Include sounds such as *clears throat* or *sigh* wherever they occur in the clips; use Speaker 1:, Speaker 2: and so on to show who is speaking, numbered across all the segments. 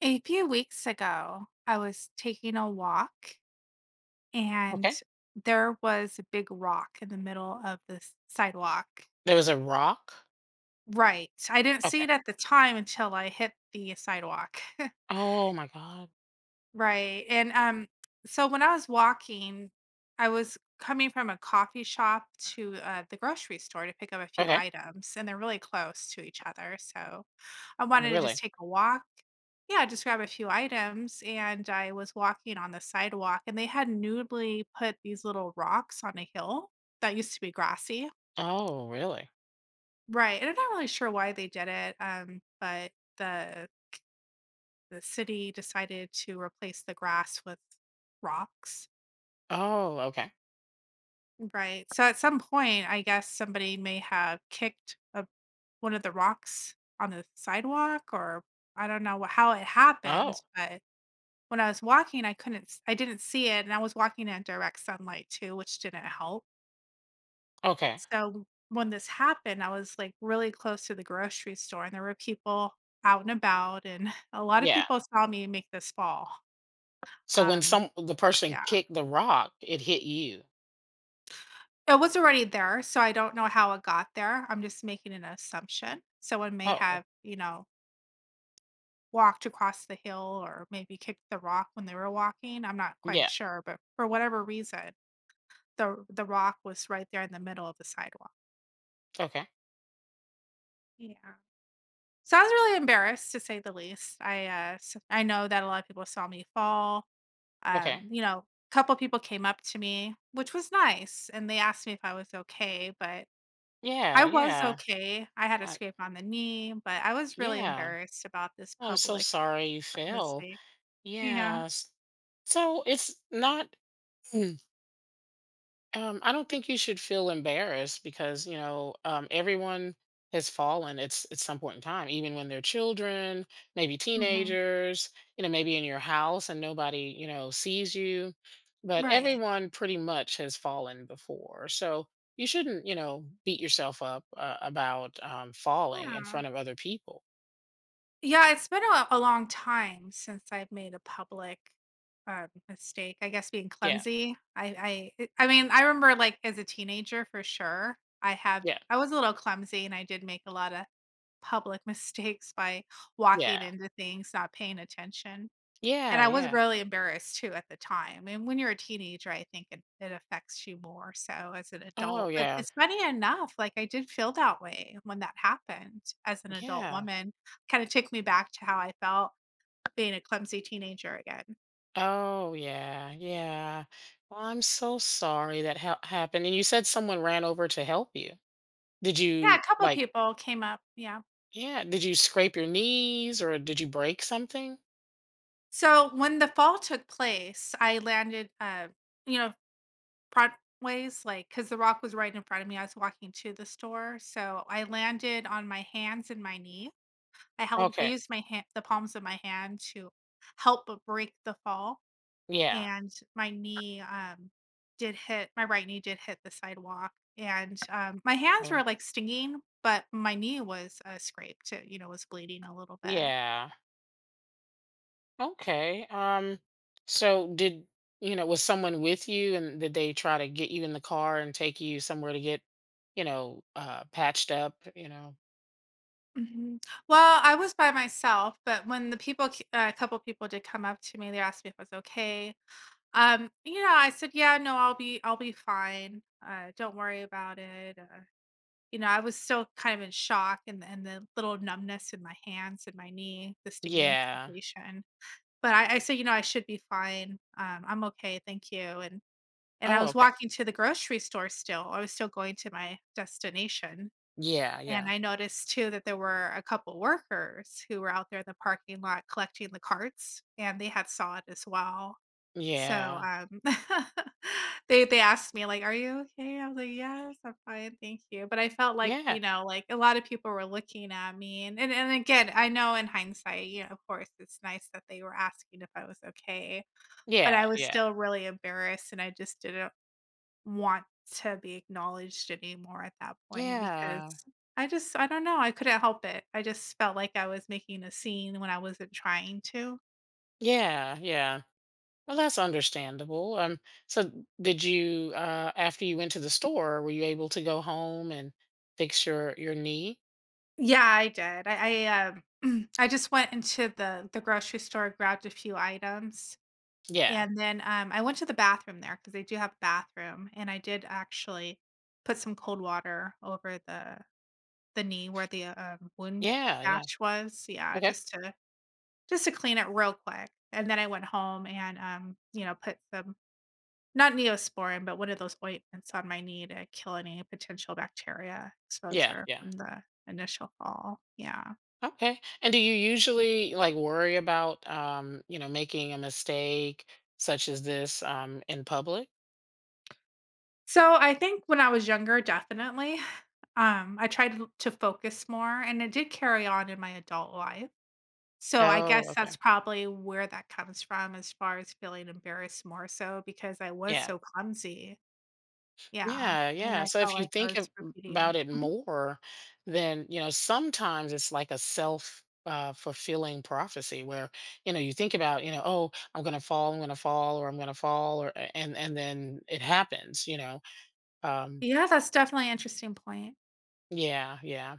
Speaker 1: A few weeks ago, I was taking a walk and
Speaker 2: Okay.
Speaker 1: there was a big rock in the middle of the sidewalk.
Speaker 2: There was a rock?
Speaker 1: Right. I didn't see
Speaker 2: Okay.
Speaker 1: it at the time until I hit the sidewalk. *laughs*
Speaker 2: Oh my god.
Speaker 1: Right, so when I was walking, I was coming from a coffee shop to, the grocery store to pick up a few
Speaker 2: Okay.
Speaker 1: items, and they're really close to each other, so I
Speaker 2: Oh,
Speaker 1: wanted to just
Speaker 2: really?
Speaker 1: take a walk. Yeah, just grab a few items, and I was walking on the sidewalk, and they had newly put these little rocks on a hill that used to be grassy.
Speaker 2: Oh, really?
Speaker 1: Right, and I'm not really sure why they did it, but the the city decided to replace the grass with rocks.
Speaker 2: Oh, okay.
Speaker 1: Right. So at some point, I guess somebody may have one of the rocks on the sidewalk, or I don't know how it happened.
Speaker 2: Oh,
Speaker 1: But when I was walking, I couldn't, s- I didn't see it, and I was walking in direct sunlight too, which didn't help.
Speaker 2: okay.
Speaker 1: So when this happened, I was like really close to the grocery store, and there were people out and about, and *laughs* a lot of
Speaker 2: Yeah.
Speaker 1: people saw me make this fall.
Speaker 2: So when
Speaker 1: Um,
Speaker 2: some the person
Speaker 1: yeah.
Speaker 2: kicked the rock, it hit you.
Speaker 1: It was already there, so I don't know how it got there. I'm just making an assumption. Someone may
Speaker 2: Oh,
Speaker 1: have, walked across the hill or maybe kicked the rock when they were walking. I'm not quite
Speaker 2: yeah.
Speaker 1: sure, but for whatever reason, the rock was right there in the middle of the sidewalk.
Speaker 2: Okay.
Speaker 1: Yeah. So I was really embarrassed to say the least. I I know that a lot of people saw me fall. Um,
Speaker 2: Okay.
Speaker 1: you know, a couple people came up to me, which was nice, and they asked me if I was okay, but
Speaker 2: Yeah,
Speaker 1: I was
Speaker 2: yeah.
Speaker 1: okay. I had a
Speaker 2: I,
Speaker 1: scrape on the knee, but I was really
Speaker 2: yeah.
Speaker 1: embarrassed about this
Speaker 2: Oh, I'm so
Speaker 1: public
Speaker 2: sorry you fell.
Speaker 1: mistake. Yeah.
Speaker 2: Yes. So it's not *clears throat* I don't think you should feel embarrassed because you know everyone has fallen. It's at some point in time, even when they're children, maybe
Speaker 1: Mhm.
Speaker 2: teenagers. You know, maybe in your house and nobody you know sees you, but
Speaker 1: Right.
Speaker 2: everyone pretty much has fallen before. So you shouldn't you know beat yourself up about falling in
Speaker 1: Yeah.
Speaker 2: front of other people.
Speaker 1: Yeah, it's been a long time since I've made a public, mistake. I guess being
Speaker 2: Yeah,
Speaker 1: clumsy. I mean, I remember, like, as a teenager for sure, I have.
Speaker 2: yeah,
Speaker 1: I was a little clumsy and I did make a lot of public *laughs* mistakes by walking
Speaker 2: yeah,
Speaker 1: into things, not paying attention. And
Speaker 2: yeah,
Speaker 1: I was
Speaker 2: yeah.
Speaker 1: really embarrassed too at the time, and when you're a teenager, I think it affects you more so as an
Speaker 2: Oh
Speaker 1: adult, but
Speaker 2: yeah,
Speaker 1: it's funny enough, like, I did feel that way when that happened as an adult
Speaker 2: yeah.
Speaker 1: woman, kinda took me back to how I felt being a clumsy teenager again.
Speaker 2: Oh yeah, yeah. Well, I'm so sorry that happened. And you said someone ran over to help you. Did
Speaker 1: Yeah, a
Speaker 2: you
Speaker 1: couple
Speaker 2: like,
Speaker 1: people came up, yeah.
Speaker 2: yeah, did you scrape your knees or did you break something?
Speaker 1: So, when the fall took place, I landed, you know, Broadway's, like, because The Rock was right in front of me, I was walking to the store, so I landed on my hands and my knees. I
Speaker 2: Okay.
Speaker 1: used my hand the palms of my hand to help b break the fall,
Speaker 2: Yeah.
Speaker 1: and my right knee did hit the sidewalk, my hands were,
Speaker 2: Oh,
Speaker 1: like, stinging, but my knee was, scraped, it was bleeding a little bit.
Speaker 2: yeah. Okay. So did, you know, was someone with you and did they try to get you in the car and take you somewhere to get, you know, patched up, you know?
Speaker 1: Mhm. Well, I was by myself, but when the people c a couple people did come up to me, they asked me if I was okay. I said, "Yeah, no, I'll be fine, don't worry about it," You know, I was still kind of in shock and the little numbness in my hands and my knee, the stinging
Speaker 2: Yeah.
Speaker 1: sensation. But I said, "You know, I should be fine. I'm okay, thank you." And I
Speaker 2: Oh,
Speaker 1: was
Speaker 2: okay.
Speaker 1: walking to the grocery store still. I was still going to my destination.
Speaker 2: Yeah,
Speaker 1: And
Speaker 2: yeah.
Speaker 1: I noticed too that there were a couple workers who were out there in the parking lot collecting the carts and they had saw it as well. So,
Speaker 2: Yeah.
Speaker 1: um, *laughs* they asked me like, "Are you okay?" I was like, "Yes, I'm fine, thank you." But I felt like,
Speaker 2: Yeah.
Speaker 1: you know, like a lot of people were looking at me and again, I know in hindsight, you know, of course, it's nice that they were asking if I was okay, but
Speaker 2: Yeah.
Speaker 1: I was
Speaker 2: Yeah.
Speaker 1: still really embarrassed and I just didn't want to be acknowledged anymore at that point
Speaker 2: Yeah.
Speaker 1: because I don't know, I couldn't help it. I just felt like I was making a scene when I wasn't trying to.
Speaker 2: Yeah, yeah. Well, that's understandable. So did you after you went to the store, were you able to go home and fix your knee?
Speaker 1: Yeah, I did. *clears throat* I just went into the grocery store, grabbed a few items,
Speaker 2: Yeah.
Speaker 1: I went to the bathroom there because they do have a bathroom, and I did actually put some cold water over the knee where the, wound
Speaker 2: Yeah, yeah.
Speaker 1: gash was. Yeah,
Speaker 2: Okay.
Speaker 1: just to clean it real quick, and then I went home put some not Neosporin, but one of those ointments on my knee to kill any potential bacteria
Speaker 2: Yeah,
Speaker 1: exposure
Speaker 2: yeah.
Speaker 1: from the initial fall. Yeah.
Speaker 2: Okay. And do you usually like worry about you know, making a mistake such as this in public?
Speaker 1: So, I think when I was younger, definitely, I tried to focus more, and it did carry on in my adult life. So, I guess
Speaker 2: Oh,
Speaker 1: that's
Speaker 2: okay.
Speaker 1: probably where that comes from as far as feeling embarrassed more so because I was
Speaker 2: Yeah.
Speaker 1: so clumsy. Yeah,
Speaker 2: Yeah,
Speaker 1: and
Speaker 2: yeah.
Speaker 1: I
Speaker 2: So
Speaker 1: felt
Speaker 2: if you
Speaker 1: like I
Speaker 2: think
Speaker 1: was repeating it.
Speaker 2: about it
Speaker 1: Mhm.
Speaker 2: more, then, you know, sometimes it's like a self fulfilling prophecy where, you know, you think about, you know, oh, I'm going to fall, I'm going to fall, or I'm going to fall, or, and then it happens, you know. Um,
Speaker 1: Yeah, that's definitely an interesting point.
Speaker 2: yeah, yeah.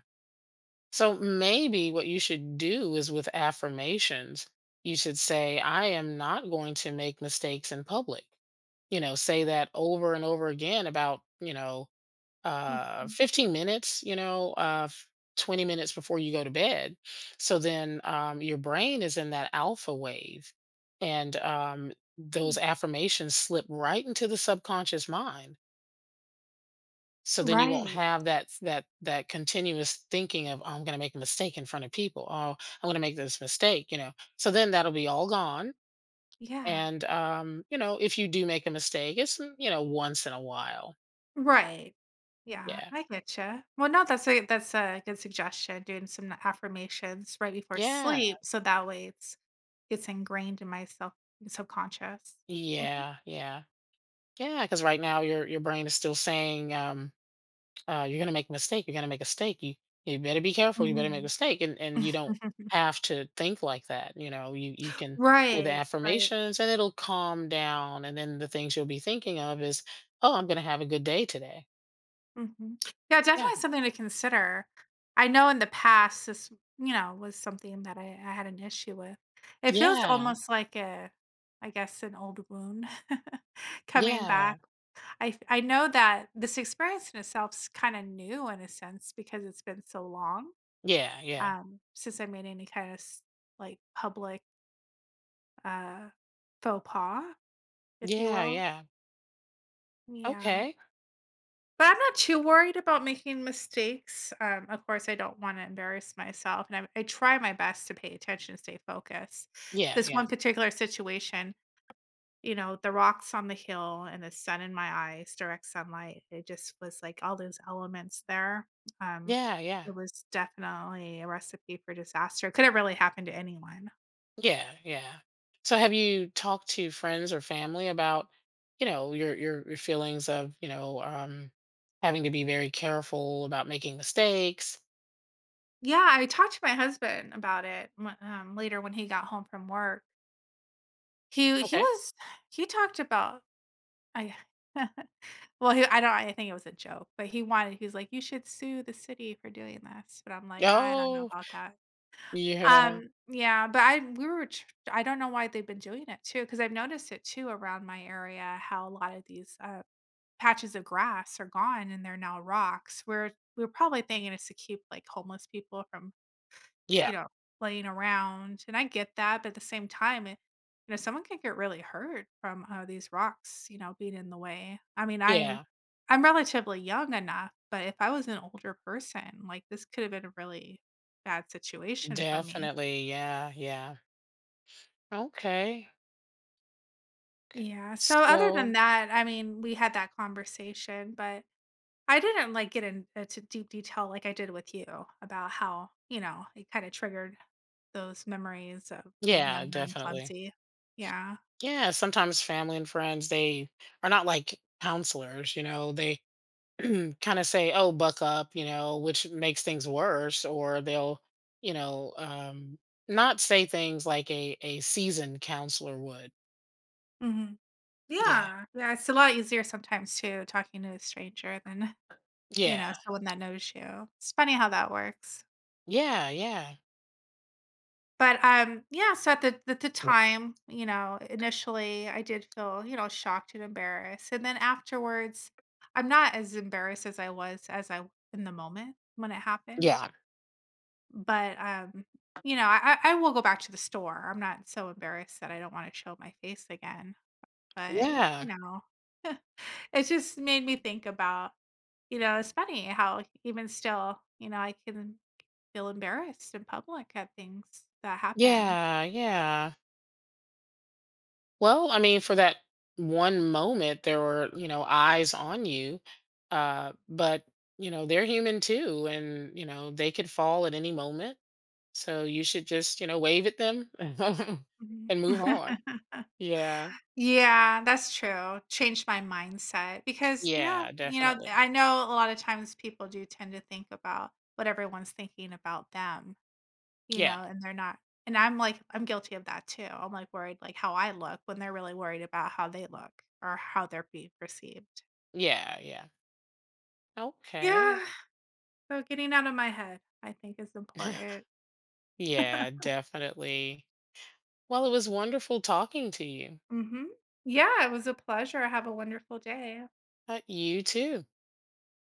Speaker 2: So maybe what you should do is with affirmations, you should say, I am not going to make mistakes in public. You know, say that over and over again about, you know,
Speaker 1: Mhm,
Speaker 2: 15 minutes you know 20 minutes before you go to bed, so then your brain is in that alpha wave, and those
Speaker 1: mm.
Speaker 2: affirmations slip right into the subconscious mind. So then you won't
Speaker 1: Right.
Speaker 2: have that that continuous thinking of, oh, I'm going to make a mistake in front of people. Oh, I'm going to make this mistake, you know. So then that'll be all gone.
Speaker 1: Yeah.
Speaker 2: And you know, if you do make a mistake, it's you know once in a while.
Speaker 1: Right. Yeah,
Speaker 2: Yeah,
Speaker 1: I get you. Well, no, that's a good suggestion, doing some affirmations right before
Speaker 2: yeah,
Speaker 1: sleep, so that way it's ingrained in my self subconscious. Mhm.
Speaker 2: yeah, yeah. Yeah, because right now your brain is still saying, you're gonna make a mistake, you're gonna make a mistake. You better be careful, you better make a
Speaker 1: Mhm.
Speaker 2: mistake. And you don't
Speaker 1: *laughs*
Speaker 2: have to think like that. You know, you can say the
Speaker 1: Right, right.
Speaker 2: affirmations and it'll calm down. And then the things you'll be thinking of is, oh, I'm gonna have a good day today.
Speaker 1: Mhm. Yeah,
Speaker 2: Yeah.
Speaker 1: definitely something to consider. I know in the past this, you know, was something that I had an issue with. It feels
Speaker 2: Yeah.
Speaker 1: almost like a I guess an old wound *laughs* coming
Speaker 2: Yeah.
Speaker 1: back. I know that this experience in itself's kinda new in a sense because it's been so long,
Speaker 2: Yeah. Yeah.
Speaker 1: since I made any kind of s like public, uh, faux pas. If you
Speaker 2: Yeah.
Speaker 1: will.
Speaker 2: Yeah.
Speaker 1: Yeah.
Speaker 2: Okay.
Speaker 1: But I'm not too worried about making mistakes. Of course, I don't wanna embarrass myself, and I try my best to pay attention, stay focused.
Speaker 2: Yeah.
Speaker 1: This
Speaker 2: Yeah.
Speaker 1: one particular situation, you know, the rocks on the hill and the sun in my eyes, direct sunlight, it just was like all those elements there. Um,
Speaker 2: Yeah. Yeah.
Speaker 1: it was definitely a recipe for disaster. Could have really happened to anyone.
Speaker 2: Yeah, yeah. So have you talked to friends or family about, you know, your feelings of, you know, having to be very careful about making mistakes?
Speaker 1: Yeah, I talked to my husband about it when later when he got home from work. He he
Speaker 2: Okay.
Speaker 1: was he talked about I *laughs* I don't I think it was a joke, but he was like, "You should sue the city for doing this." But I'm like, "I don't know
Speaker 2: Oh,
Speaker 1: about that."
Speaker 2: yeah.
Speaker 1: Yeah, but I we were tr- I don't know why they've been doing it too because I've noticed it too around my area how a lot of these patches of grass are gone and they're now rocks. We're probably thinking it's to keep like homeless people from
Speaker 2: Yeah.
Speaker 1: you know, playing around, and I get that, but at the same time, it you know, someone can get really hurt from, these rocks, you know, being in the way. I mean,
Speaker 2: Yeah.
Speaker 1: I'm relatively young enough, but if I was an older person, like, this could have been a really bad situation for me.
Speaker 2: Definitely. Yeah, yeah. Okay. Okay.
Speaker 1: Yeah, so other than
Speaker 2: So,
Speaker 1: that, I mean, we had that conversation, but I didn't, like, get in deep detail like I did with you about how, you know, it kinda triggered those memories of being
Speaker 2: yeah,
Speaker 1: younger and
Speaker 2: definitely.
Speaker 1: clumsy. Yeah.
Speaker 2: Yeah, sometimes family and friends, they are not like counselors, you know. They *clears throat* kind of say, "Oh, buck up," you know, which makes things worse, or they'll, you know, not say things like a seasoned counselor would.
Speaker 1: Mhm.
Speaker 2: Yeah,
Speaker 1: Yeah, yeah, it's a lot easier sometimes too, talking to a stranger than, you
Speaker 2: yeah,
Speaker 1: know, someone that knows you. It's funny how that works.
Speaker 2: yeah, yeah,
Speaker 1: But, yeah, so at the time, you know, initially, I did feel, you know, shocked and embarrassed, and then afterwards, I'm not as embarrassed as I in the moment when it happened,
Speaker 2: yeah,
Speaker 1: but, um, you know, I will go back to the store. I'm not so embarrassed that I don't wanna show my face again, but, you
Speaker 2: yeah,
Speaker 1: know, it just made me think about You know, it's funny how even still, you know, I can feel embarrassed in public at things that happen.
Speaker 2: yeah, yeah. Well, I mean, for that one moment, there were you know eyes on you, but you know they're human too, and you know they could fall at any moment. So you should just you know wave at them *laughs*
Speaker 1: Mhm.
Speaker 2: and move on.
Speaker 1: *laughs*
Speaker 2: Yeah,
Speaker 1: Yeah, that's true. Changed my mindset because, yeah,
Speaker 2: yeah,
Speaker 1: you know,
Speaker 2: definitely.
Speaker 1: I know a lot of times people do tend to think about what everyone's thinking about them, you
Speaker 2: Yeah,
Speaker 1: know, and they're not and I'm like, I'm guilty of that too. I'm like worried like how I look when they're really worried about how they look or how they're being perceived.
Speaker 2: yeah, yeah. Okay.
Speaker 1: Yeah. So getting out of my head, I think is important.
Speaker 2: *laughs*
Speaker 1: *laughs*
Speaker 2: Yeah, definitely. Well, it was wonderful talking to you.
Speaker 1: Mhm. Yeah, it was a pleasure. Have a wonderful day.
Speaker 2: You too.